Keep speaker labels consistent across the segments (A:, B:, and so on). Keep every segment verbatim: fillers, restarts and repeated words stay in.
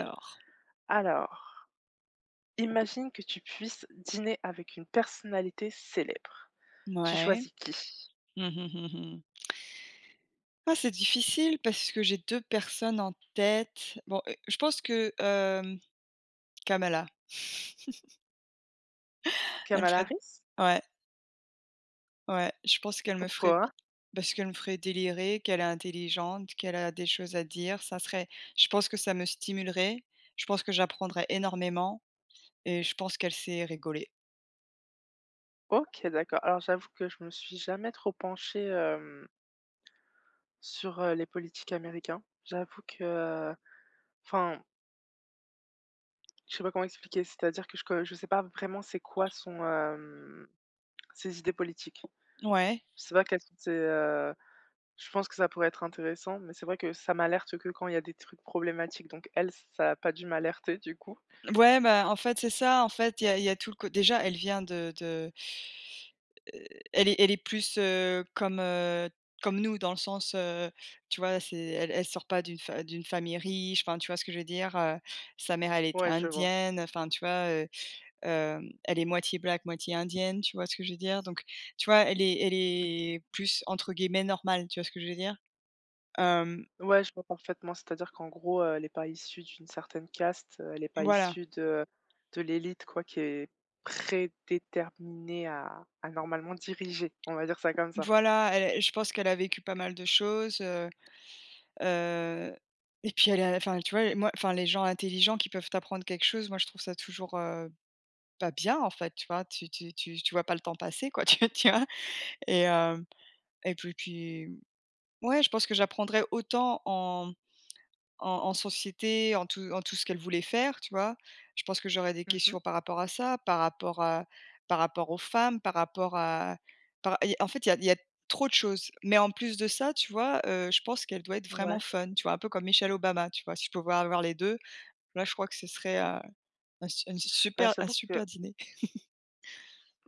A: Alors,
B: Alors, imagine que tu puisses dîner avec une personnalité célèbre. Tu
A: ouais.
B: choisis qui?
A: Mmh mh, mmh mh. Ah, c'est difficile parce que j'ai deux personnes en tête. Bon, heu, je pense que, hem, Kamala. Elle me
B: Kamala
A: ferait,
B: Harris?
A: ouais, ouais, je pense qu'elle me ferait
B: Pourquoi?
A: bi parce qu'elle me ferait délirer, qu'elle est intelligente, qu'elle a des choses à dire. Ça serait, je pense que ça me stimulerait. Je pense que j'apprendrais énormément et je pense qu'elle sait rigoler.
B: Ok, d'accord. Alors, j'avoue que je me suis jamais trop penchée euh, sur euh, les politiques américains. J'avoue que, enfin, je sais pas comment expliquer. C'est-à-dire que je, co- je sais pas vraiment c'est quoi son euh, ses idées politiques.
A: Ouais.
B: Je sais pas quelles sont ses euh, je pense que ça pourrait être intéressant, mais c'est vrai que ça m'alerte que quand il y a des trucs problématiques. Donc elle, ça a pas dû m'alerter du coup.
A: Ouais, bah, en fait, c'est ça. En fait, il y a il y a tout le cô déjà, elle vient de. Heu, elle est elle est plus, heu, comme, heu, comme nous dans le sens, heu, tu vois? C'est elle elle sort pas d'une fa d'une famille riche, enfin, tu vois ce que je veux dire? Heu, sa mère, elle était
B: Ouais, je vois.
A: indienne, enfin, tu vois? Heu, hem, elle est moitié black, moitié indienne, tu vois ce que je veux dire? Donc, tu vois? Elle est elle
B: Mmh.
A: est plus entre guillemets «normale», tu vois ce que je veux dire? Hem,
B: Ouais, je vois parfaitement. C'est-à-dire qu'en gros, heu, elle n'est pas issue d'une certaine caste, heu, elle n'est pas
A: voilà,
B: issue de de l'élite quoi, qui est prédéterminée à à normalement diriger, on va dire ça comme ça.
A: voilà, elle, je pense qu'elle a vécu pas mal de choses, heu, heu et puis elle a, enfin, tu vois? Moi, enfin, les gens intelligents qui peuvent t'apprendre quelque chose, moi, je trouve ça toujours, heu pas bien en fait, tu vois? Tu tu tu tu vois pas le temps passer quoi, tu tu vois? Et hem et puis puis ouais, je pense que j'apprendrai autant en en en société, en tout en tout ce qu'elle voulait faire, tu vois? Je pense que j'aurais des
B: Mmh.
A: questions par rapport à ça, par rapport à par rapport aux femmes, par rapport à par et en fait, il y a il y a trop de choses. Mais en plus de ça, tu vois, heu, je pense qu'elle doit être vraiment
B: Ouais.
A: fun, tu vois? Un peu comme Michelle Obama, tu vois? Si je pouvais avoir les deux là, je crois que ce serait, heu, un su une
B: Bah,
A: super un
B: j'avoue que
A: super dîner.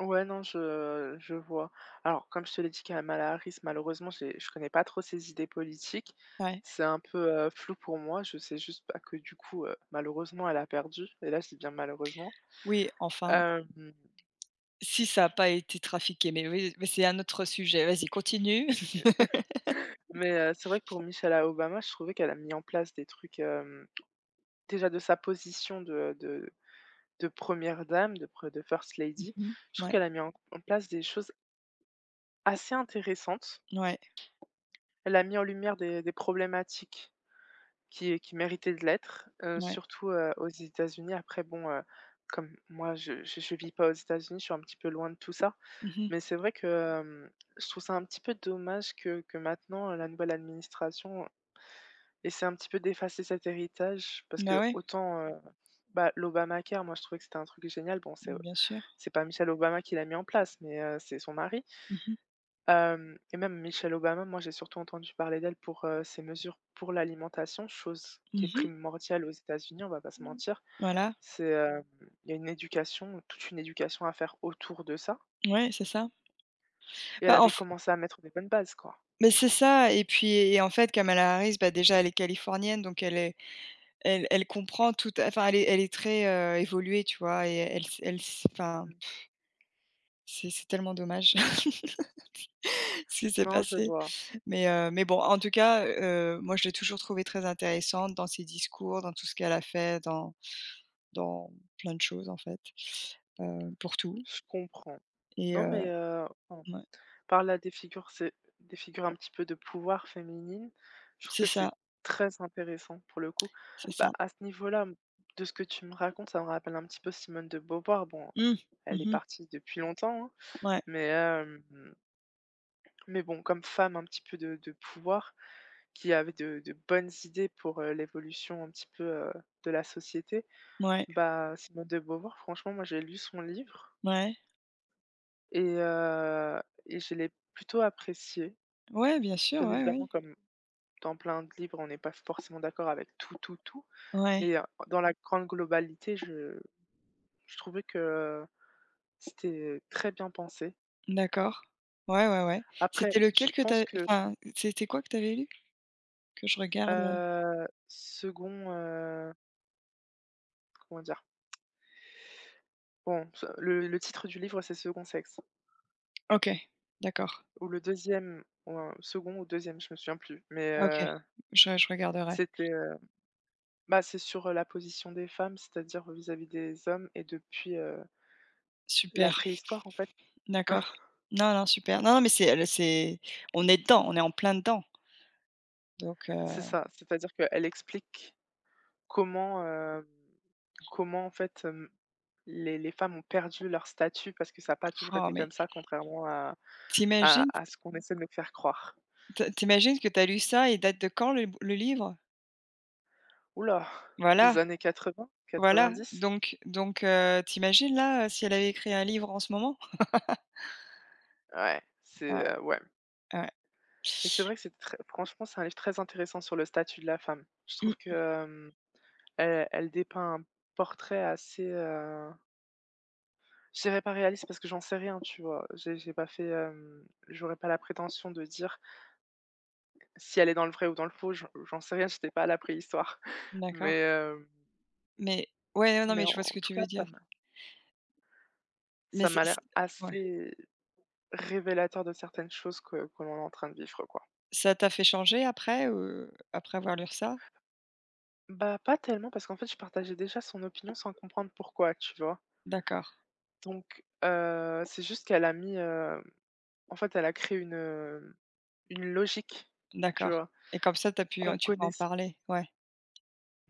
B: ouais, non, je je vois. Alors comme je te l'ai dit, Kamala Harris, malheureusement, j'ai je connais pas trop ses idées politiques.
A: Ouais.
B: C'est un peu, heu, flou pour moi. Je sais juste, pas que du coup, heu, malheureusement, elle a perdu et là, je dis bien malheureusement.
A: Oui, enfin.
B: Hem
A: Si ça a pas été trafiqué, mais oui, mais c'est un autre sujet. Vas-y, continue.
B: Mais heu, c'est vrai que pour Michelle Obama, je trouvais qu'elle a mis en place des trucs, hem, déjà de sa position de de de première dame, de pre de first lady,
A: Mmh.
B: je trouve
A: Ouais,
B: qu'elle a mis en en place des choses assez intéressantes.
A: ouais,
B: Elle a mis en lumière des des problématiques qui qui méritaient de l'être, heu,
A: ouais.
B: surtout, heu, aux États-Unis. Après bon, heu, comme moi je je vis pas aux États-Unis, je suis un petit peu loin de tout ça,
A: Mmh.
B: mais c'est vrai que, hem, je trouve ça un petit peu dommage que que maintenant, la nouvelle administration. Et c'est un petit peu d'effacer cet héritage parce
A: Bah,
B: que
A: ouais,
B: autant, heu, bah, l'Obamacare, moi, je trouvais que c'était un truc génial. Bon, c'est,
A: bien sûr.
B: c'est pas Michelle Obama qui l'a mis en place, mais, heu, c'est son mari.
A: Mmh mh.
B: Hem Et même Michelle Obama, moi, j'ai surtout entendu parler d'elle pour, heu, ses mesures pour l'alimentation, chose qui est
A: Mmh.
B: primordiale aux États-Unis, on va pas se mentir.
A: Voilà,
B: C'est, hem, il y a une éducation, toute une éducation à faire autour de ça.
A: ouais, c'est ça.
B: Et elle
A: Bah, en
B: avait
A: f
B: commencé à mettre des bonnes bases, quoi.
A: mais c'est ça. Et puis, et en fait, Kamala Harris, bah, déjà, elle est californienne, donc elle est elle elle comprend tout, enfin, elle est elle est très, heu, évoluée, tu vois? Et elle s elle s enfin,
B: Mmh.
A: c'est c'est tellement dommage ce qui s'est
B: Non, je
A: passé.
B: vois,
A: Mais heu, mais bon, en tout cas, heu, moi, je l'ai toujours trouvée très intéressante dans ses discours, dans tout ce qu'elle a fait, dans dans plein de choses, en fait, heu, pour tout.
B: je comprends.
A: Et
B: Non,
A: heu,
B: mais, heu, bon,
A: ouais,
B: par là des figures c'est des figures un petit peu de pouvoir féminine, je trouve
A: c'est
B: que c'est
A: ça,
B: très intéressant pour le coup.
A: c'est ça.
B: Bah, à ce niveau-là, m de ce que tu me racontes, ça me rappelle un petit peu Simone de Beauvoir. Bon,
A: Mmh.
B: elle est
A: Mmh.
B: partie depuis longtemps, hein,
A: Ouais,
B: mais hem Mais bon, comme femme un petit peu de de pouvoir, qui avait de de bonnes idées pour, heu, l'évolution un petit peu, heu, de la société,
A: ouais,
B: bah, Simone de Beauvoir, franchement, moi j'ai lu son livre
A: ouais.
B: et heu et je l'ai plutôt apprécié.
A: Ouais, bien sûr,
B: Bien
A: ouais,
B: évidemment,
A: ouais,
B: comme dans plein de livres, on n'est pas forcément d'accord avec tout, tout, tout, mais
A: Ouais,
B: heu, dans la grande globalité, je je trouvais que euh, c'était très bien pensé.
A: d'accord. Ouais, ouais, ouais.
B: Après,
A: C'était
B: je
A: lequel que
B: pense
A: tu,
B: que,
A: enfin, c'était quoi que t'avais lu? Que je regarde, heu?
B: heu, second, heu, comment dire? Bon, ce le le titre du livre, c'est Second Sexe
A: OK, d'accord.
B: ou le deuxième ou un second ou deuxième, je me souviens plus, mais
A: OK,
B: heu,
A: je je regarderai.
B: c'était, heu, bah, c'est sur, heu, la position des femmes, c'est-à-dire vis-à-vis des hommes et depuis, heu, la
A: Super.
B: préhistoire, en fait.
A: D'accord. Non, non, super. Non, non, mais c'est le c'est on est dedans, on est en plein dedans. Donc
B: C'est
A: heu,
B: ça, c'est-à-dire qu'elle explique comment, hem, comment en fait, hem, les les femmes ont perdu leur statut parce que ça n'a pas toujours
A: oh
B: été
A: mais
B: comme ça, contrairement à
A: t'imagines,
B: à à
A: imagines
B: ce qu'on essaie de nous faire croire.
A: tu que t'as lu ça, et date de quand le le livre?
B: Oula, des
A: Voilà,
B: années quatre-vingts,
A: voilà.
B: quatre-vingt-dix.
A: Donc donc heu, tu là, heu, si elle avait écrit un livre en ce moment?
B: Ouais,
A: Ouais,
B: c'est, heu, ouais.
A: ouais.
B: Mais c'est vrai que c'est très franchement, c'est un livre très intéressant sur le statut de la femme. Je trouve que,
A: Mmh,
B: hem, elle elle dépeint un portrait assez, heu, je dirais pas réaliste parce que j'en sais rien, tu vois? J'ai j'ai pas fait, hem, j'aurais pas la prétention de dire si elle est dans le vrai ou dans le faux, j'en j'en sais rien, j'étais pas à la préhistoire. Mais,
A: d'accord.
B: hem,
A: Mais ouais, ouais, non,
B: mais
A: mais
B: en
A: je vois ce
B: en
A: que
B: tout
A: tu
B: cas,
A: veux
B: ça
A: dire.
B: m'a
A: Mais
B: ça
A: c'est
B: m'a
A: c'est
B: l'air
A: ouais.
B: assez révélateur de certaines choses que que l'on est en train de vivre, quoi.
A: Ça t'a fait changer après, heu, après avoir lu ça?
B: Bah, pas tellement parce qu'en fait, je partageais déjà son opinion sans comprendre pourquoi, tu vois?
A: D'accord,
B: Donc, heu, c'est juste qu'elle a mis, heu, en fait, elle a créé une, heu, une logique, tu
A: d'accord.
B: vois?
A: Et comme ça, t'as pu
B: Qu'on
A: tu peux en
B: connaisse,
A: parler? Ouais,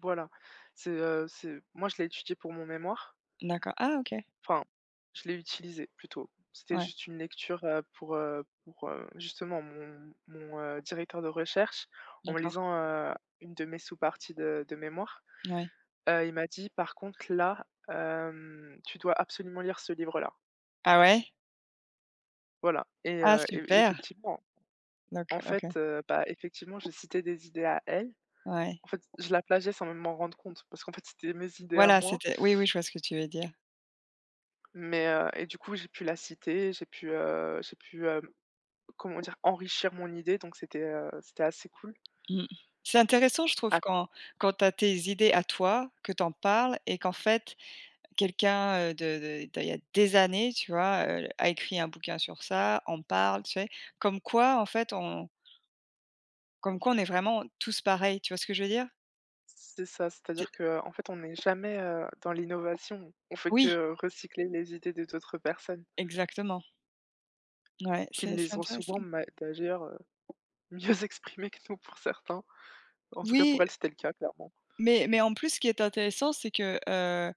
B: voilà. C'est, heu, c'est moi, je l'ai étudié pour mon mémoire,
A: d'accord. Ah OK,
B: enfin, je l'ai utilisé plutôt. C'était
A: ouais.
B: juste une lecture, heu, pour, heu, pour, heu, justement mon mon, heu, directeur de recherche en
A: D'accord,
B: lisant, heu, une de mes sous-parties de de mémoire,
A: ouais.
B: heu, il m'a dit: «Par contre là, hem, tu dois absolument lire ce livre-là».
A: Ah ouais?
B: Voilà, et
A: Ah
B: heu et et
A: super!
B: effectivement.
A: Donc
B: En
A: OK,
B: fait, heu, bah, effectivement, j'ai cité des idées à elle.
A: ouais.
B: En fait, je la plagiais sans même m'en rendre compte parce qu'en fait, c'était mes idées à
A: Voilà,
B: moi,
A: c'était oui, oui, je vois ce que tu veux dire.
B: mais heu et du coup, j'ai pu la citer, j'ai pu, heu, j'ai pu, hem, comment dire? Enrichir mon idée donc c'était, heu, c'était assez cool.
A: Mmh. C'est intéressant, je trouve,
B: Ap
A: quand quand tu as tes idées à toi, que tu en parles et qu'en fait, quelqu'un, heu, de de d'il y a des années, tu vois, heu, a écrit un bouquin sur ça, en parle, tu sais? Comme quoi, en fait, on comme quoi on est vraiment tous pareils, tu vois ce que je veux dire?
B: c'est ça,
A: Tu
B: c'est-à-dire que, en fait, on n'est jamais, heu, dans l'innovation. On fait
A: Oui,
B: que recycler les idées de d'autres personnes
A: exactement. Ouais,
B: qui
A: c'est c'est
B: les ont souvent
A: intéressant.
B: ma d'ailleurs, heu, mieux exprimées que nous pour certains. En tout cas,
A: Oui,
B: pour elle, c'était le cas, clairement.
A: mais mais en plus, ce qui est intéressant, c'est que, heu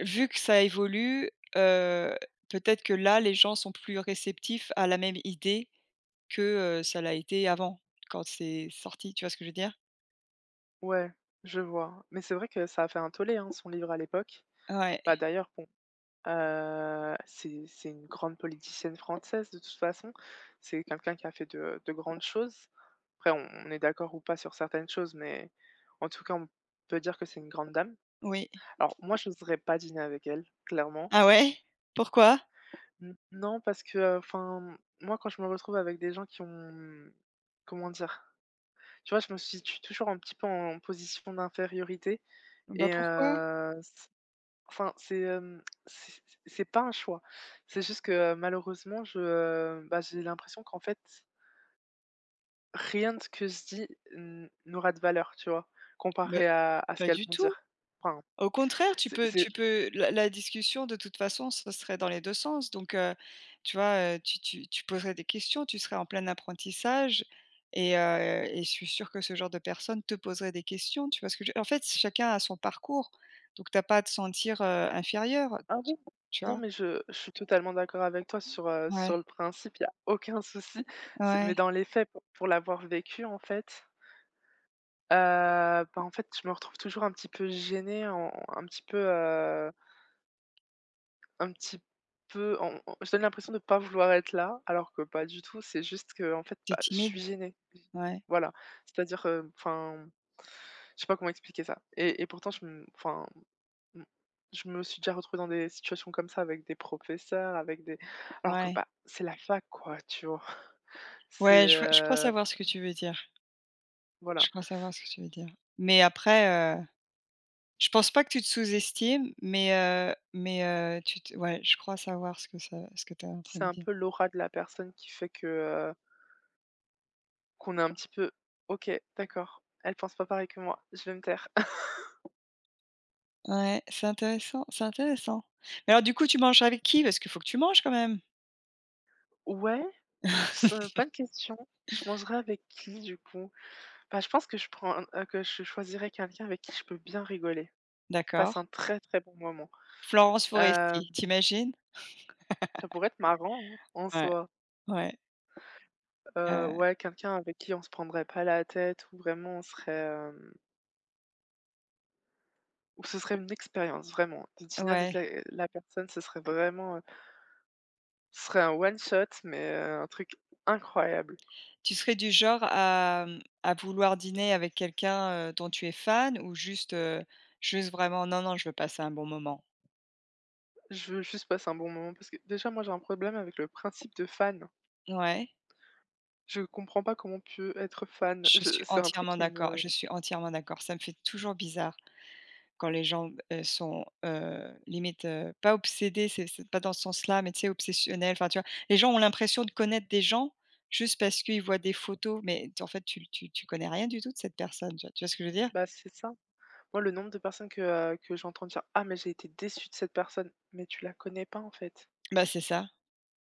A: vu que ça évolue, heu, peut-être que là, les gens sont plus réceptifs à la même idée que, heu, ça l'a été avant, quand c'est sorti, tu vois ce que je veux dire?
B: Ouais, je vois. Mais c'est vrai que ça a fait un tollé, hein, son livre à l'époque.
A: Ouais,
B: Bah d'ailleurs, bon, euh, c'est c'est une grande politicienne française de toute façon. C'est quelqu'un qui a fait de, de grandes choses. Après, on, on est d'accord ou pas sur certaines choses, mais en tout cas, on peut dire que c'est une grande dame.
A: oui.
B: Alors moi, je n'oserais pas dîner avec elle, clairement.
A: Ah ouais? Pourquoi?
B: N- Non, parce que, enfin, moi, quand je me retrouve avec des gens qui ont, comment dire, tu vois, je me situe toujours un petit peu en position d'infériorité.
A: Bah,
B: Et
A: pourquoi?
B: euh, Enfin, c'est, hem, c'est c'est pas un choix. C'est juste que, heu, malheureusement, je, heu, bah, j'ai l'impression qu'en fait, rien de ce que je dis n n'aura de valeur, tu vois?
A: Bah,
B: Comparé à à ce
A: pas
B: qu'elles
A: du
B: vont
A: tout.
B: dire. Enfin,
A: Au contraire, tu
B: c'est
A: peux
B: c'est
A: tu peux la la discussion de toute façon, ce serait dans les deux sens donc heu, tu vois, heu, tu tu tu poserais des questions, tu serais en plein apprentissage et heu et je suis sûre que ce genre de personnes te poserait des questions, tu vois ce que je, en fait, chacun a son parcours donc t'as pas à te sentir, heu, inférieur,
B: Ah oui,
A: tu
B: non,
A: vois?
B: mais je je suis totalement d'accord avec toi sur, heu, sur
A: Ouais,
B: le principe, il y a aucun souci. C'est mais
A: ouais.
B: dans les faits, pour pour l'avoir vécu, en fait, heu, bah, en fait, je me retrouve toujours un petit peu gênée, en un petit peu, heu un petit peu, on on je donne l'impression de pas vouloir être là, alors que pas du tout, c'est juste que en fait,
A: T'es
B: bah, je suis
A: timide?
B: gênée.
A: Ouais,
B: Voilà, c'est-à-dire, heu, enfin, je sais pas comment expliquer ça et et pourtant je me enfin, mmh, je me suis déjà retrouvée dans des situations comme ça avec des professeurs, avec des alors que,
A: ouais.
B: bah, c'est la fac quoi, tu vois? C'est,
A: Ouais, je vois je crois
B: heu,
A: savoir ce que tu veux dire. Je
B: voilà,
A: crois savoir ce que tu veux dire. Mais après, heu je pense pas que tu te sous-estimes, mais heu mais heu, tu te ouais, je crois savoir ce que ça ce que tu es en train
B: c'est
A: de
B: un
A: dire.
B: peu l'aura de la personne qui fait que, heu, qu'on est un petit peu: «OK, d'accord, elle pense pas pareil que moi, je vais me taire».
A: Ouais, c'est intéressant, c'est intéressant. Mais alors du coup, tu manges avec qui? Parce qu'il faut que tu manges quand même.
B: Ouais. C'est bonne question. Je mangerai avec qui du coup? Bah, je pense que je prends, heu, que je choisirais quelqu'un avec qui je peux bien rigoler,
A: D'accord.
B: passer un très, très bon moment.
A: Florence
B: Heu,
A: Foresti, t'imagines.
B: ça pourrait être marrant, hein, en
A: Ouais,
B: soi.
A: ouais,
B: Heu,
A: heu,
B: ouais, quelqu'un avec qui on se prendrait pas la tête, ou vraiment on serait, hem, où ce serait une expérience vraiment. De dîner avec la
A: ouais.
B: la personne, ce serait vraiment, heu, ce serait un one shot, mais, heu, un truc incroyable.
A: Tu serais du genre à, mmh, à vouloir dîner avec quelqu'un, heu, dont tu es fan ou juste, heu, juste vraiment: «Non, non, je veux passer un bon moment»?
B: Je veux juste passer un bon moment parce que déjà moi j'ai un problème avec le principe de fan.
A: Ouais,
B: Je comprends pas comment on peut être fan.
A: je
B: Je
A: suis
B: c'est un truc
A: entièrement
B: qui
A: d'accord,
B: me
A: je suis entièrement d'accord, ça me fait toujours bizarre. Quand les gens, heu, sont, heu, limite, heu, pas obsédés, c'est c'est pas dans ce sens-là, mais tu sais, obsessionnels, enfin, tu vois? Les gens ont l'impression de connaître des gens juste parce qu'ils voient des photos, mais t en fait, tu tu tu connais rien du tout de cette personne, tu vois tu vois ce que je veux dire?
B: bah, c'est ça. Moi, le nombre de personnes que, heu, que j'entends dire: «Ah mais j'ai été déçu de cette personne», mais tu la connais pas, en fait.
A: Bah, c'est ça,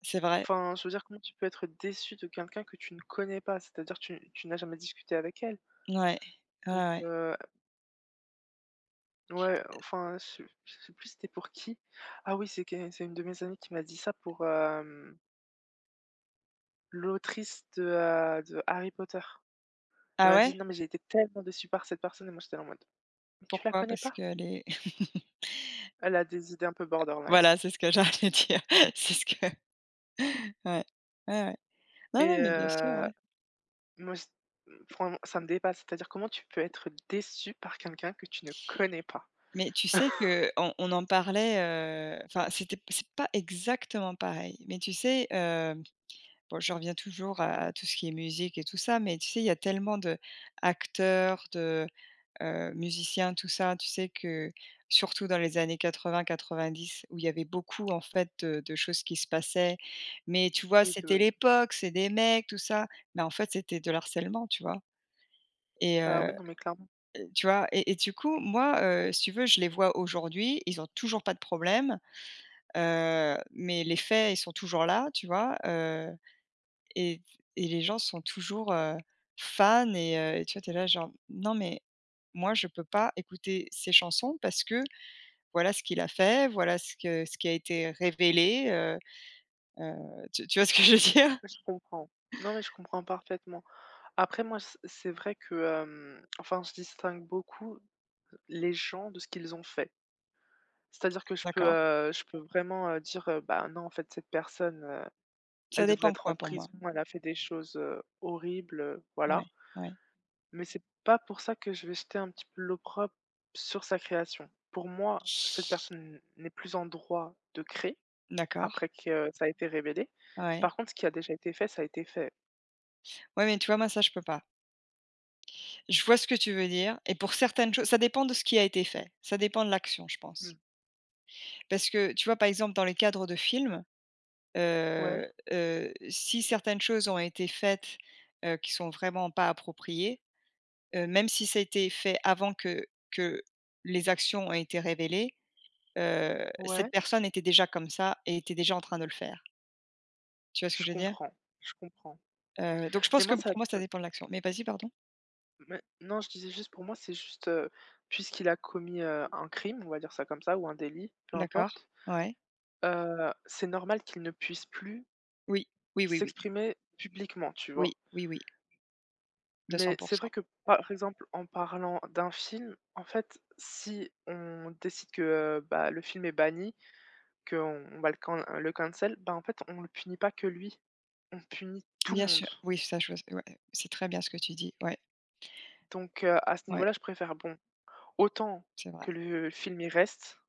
A: c'est vrai.
B: Enfin, je veux dire, comment tu peux être déçu de quelqu'un que tu ne connais pas? C'est-à-dire, tu tu n'as jamais discuté avec elle.
A: Ouais. Ouais,
B: Donc,
A: ouais.
B: heu, ouais, enfin, je je sais plus c'était pour qui. Ah oui, c'est que c'est une de mes amies qui m'a dit ça pour, hem, l'autrice de, heu, de Harry Potter. Elle
A: Ah
B: m'a
A: ouais?
B: dit: «Non mais j'ai été tellement déçue par cette personne» et moi j'étais là en mode: «Mais tu la
A: Pourquoi?
B: connais
A: Parce
B: pas?»
A: que les
B: Elle a des idées un peu borderline
A: voilà, c'est ce que j'allais dire. C'est ce que ouais. Ouais, ouais. Non,
B: et
A: non, mais bien sûr,
B: heu,
A: ouais.
B: moi c vraiment ça me dépasse. C'est-à-dire comment tu peux être déçu par quelqu'un que tu ne connais pas?
A: Mais tu sais que on on en parlait, heu, enfin c'était c'est pas exactement pareil, mais tu sais, heu, bon, je reviens toujours à à tout ce qui est musique et tout ça, mais tu sais, il y a tellement de acteurs, de, heu, musiciens, tout ça, tu sais que surtout dans les années quatre-vingt quatre-vingt-dix où il y avait beaucoup en fait de de choses qui se passaient. Mais tu vois,
B: Oui, de
A: c'était
B: même.
A: l'époque, c'est des mecs, tout ça, mais en fait, c'était de l'harcèlement, tu vois? Et
B: Bah,
A: heu
B: oui, non, mais clairement,
A: tu vois? Et et du coup, moi, heu, si tu veux, je les vois aujourd'hui, ils ont toujours pas de problème, heu, mais les faits, ils sont toujours là, tu vois? Heu et et les gens sont toujours, heu, fans et heu et tu vois, t'es là genre: «Non mais moi, je peux pas écouter ces chansons parce que voilà ce qu'il a fait, voilà ce que ce qui a été révélé», heu heu, tu tu vois ce que je veux dire?
B: ouais, je comprends. Non, mais je comprends parfaitement. Après moi, c c'est vrai que, hem, enfin, je distingue beaucoup les gens de ce qu'ils ont fait. C'est-à-dire que je peux,
A: D'accord.
B: heu, je peux vraiment, heu, dire, heu: «Bah, non, en fait, cette personne, heu, elle
A: Ça
B: devrait
A: dépend
B: être
A: quoi
B: en
A: pour moi?
B: prison, elle a fait des choses, heu, horribles», heu,
A: Ouais,
B: voilà.
A: ouais.
B: Mais c'est pas pour ça que je vais jeter un petit peu l'opprobre sur sa création. Pour moi, cette personne n'est plus en droit de créer
A: D'accord,
B: après que euh, ça a été révélé.
A: ouais.
B: Par contre, ce qui a déjà été fait, ça a été fait.
A: Ouais, mais tu vois, moi, ça, je peux pas. Je vois ce que tu veux dire et pour certaines choses ça dépend de ce qui a été fait. Ça dépend de l'action, je pense.
B: Mmh.
A: Parce que, tu vois, par exemple, dans les cadres de films,
B: Ouais,
A: heu heu, si certaines choses ont été faites, heu, qui sont vraiment pas appropriées, heu, même si ça a été fait avant que que les actions aient été révélées, heu, cette
B: ouais,
A: personne était déjà comme ça et était déjà en train de le faire. Tu vois ce que
B: je
A: je veux dire?
B: comprends, je comprends.
A: Heu, donc je
B: Mais
A: pense que
B: moi, ça,
A: pour moi, ça
B: heu,
A: dépend de l'action. Mais vas-y, pardon?
B: mais non, je disais juste pour moi, c'est juste, heu, puisqu'il a commis, heu, un crime, on va dire ça comme ça, ou un délit, peu
A: D'accord.
B: importe,
A: Ouais.
B: heu, c'est normal qu'il ne puisse plus
A: Oui. Oui, oui, oui.
B: s'exprimer publiquement, tu
A: Oui,
B: vois?
A: oui, oui, deux cents
B: Mais
A: pour
B: c'est
A: cent.
B: vrai que, par exemple, en parlant d'un film, en fait, si on décide que, heu, bah, le film est banni, qu'on on va le can le cancel, bah, en fait, on le punit pas que lui, on punit tout le
A: Bien sûr,
B: monde.
A: oui, ça je vois, ouais, c'est très bien ce que tu dis. Ouais,
B: Donc heu, à ce
A: ouais,
B: niveau-là, je préfère, bon, autant
A: c'est vrai.
B: que le film y reste,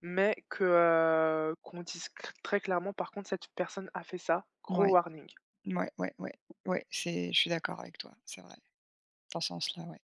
B: mais que, heu, qu'on dise cr très clairement: «Par contre, cette personne a fait ça, gros
A: Ouais,
B: warning».
A: ouais, ouais, ouais, ouais, c'est je suis d'accord avec toi, c'est vrai, dans ce sens-là, ouais.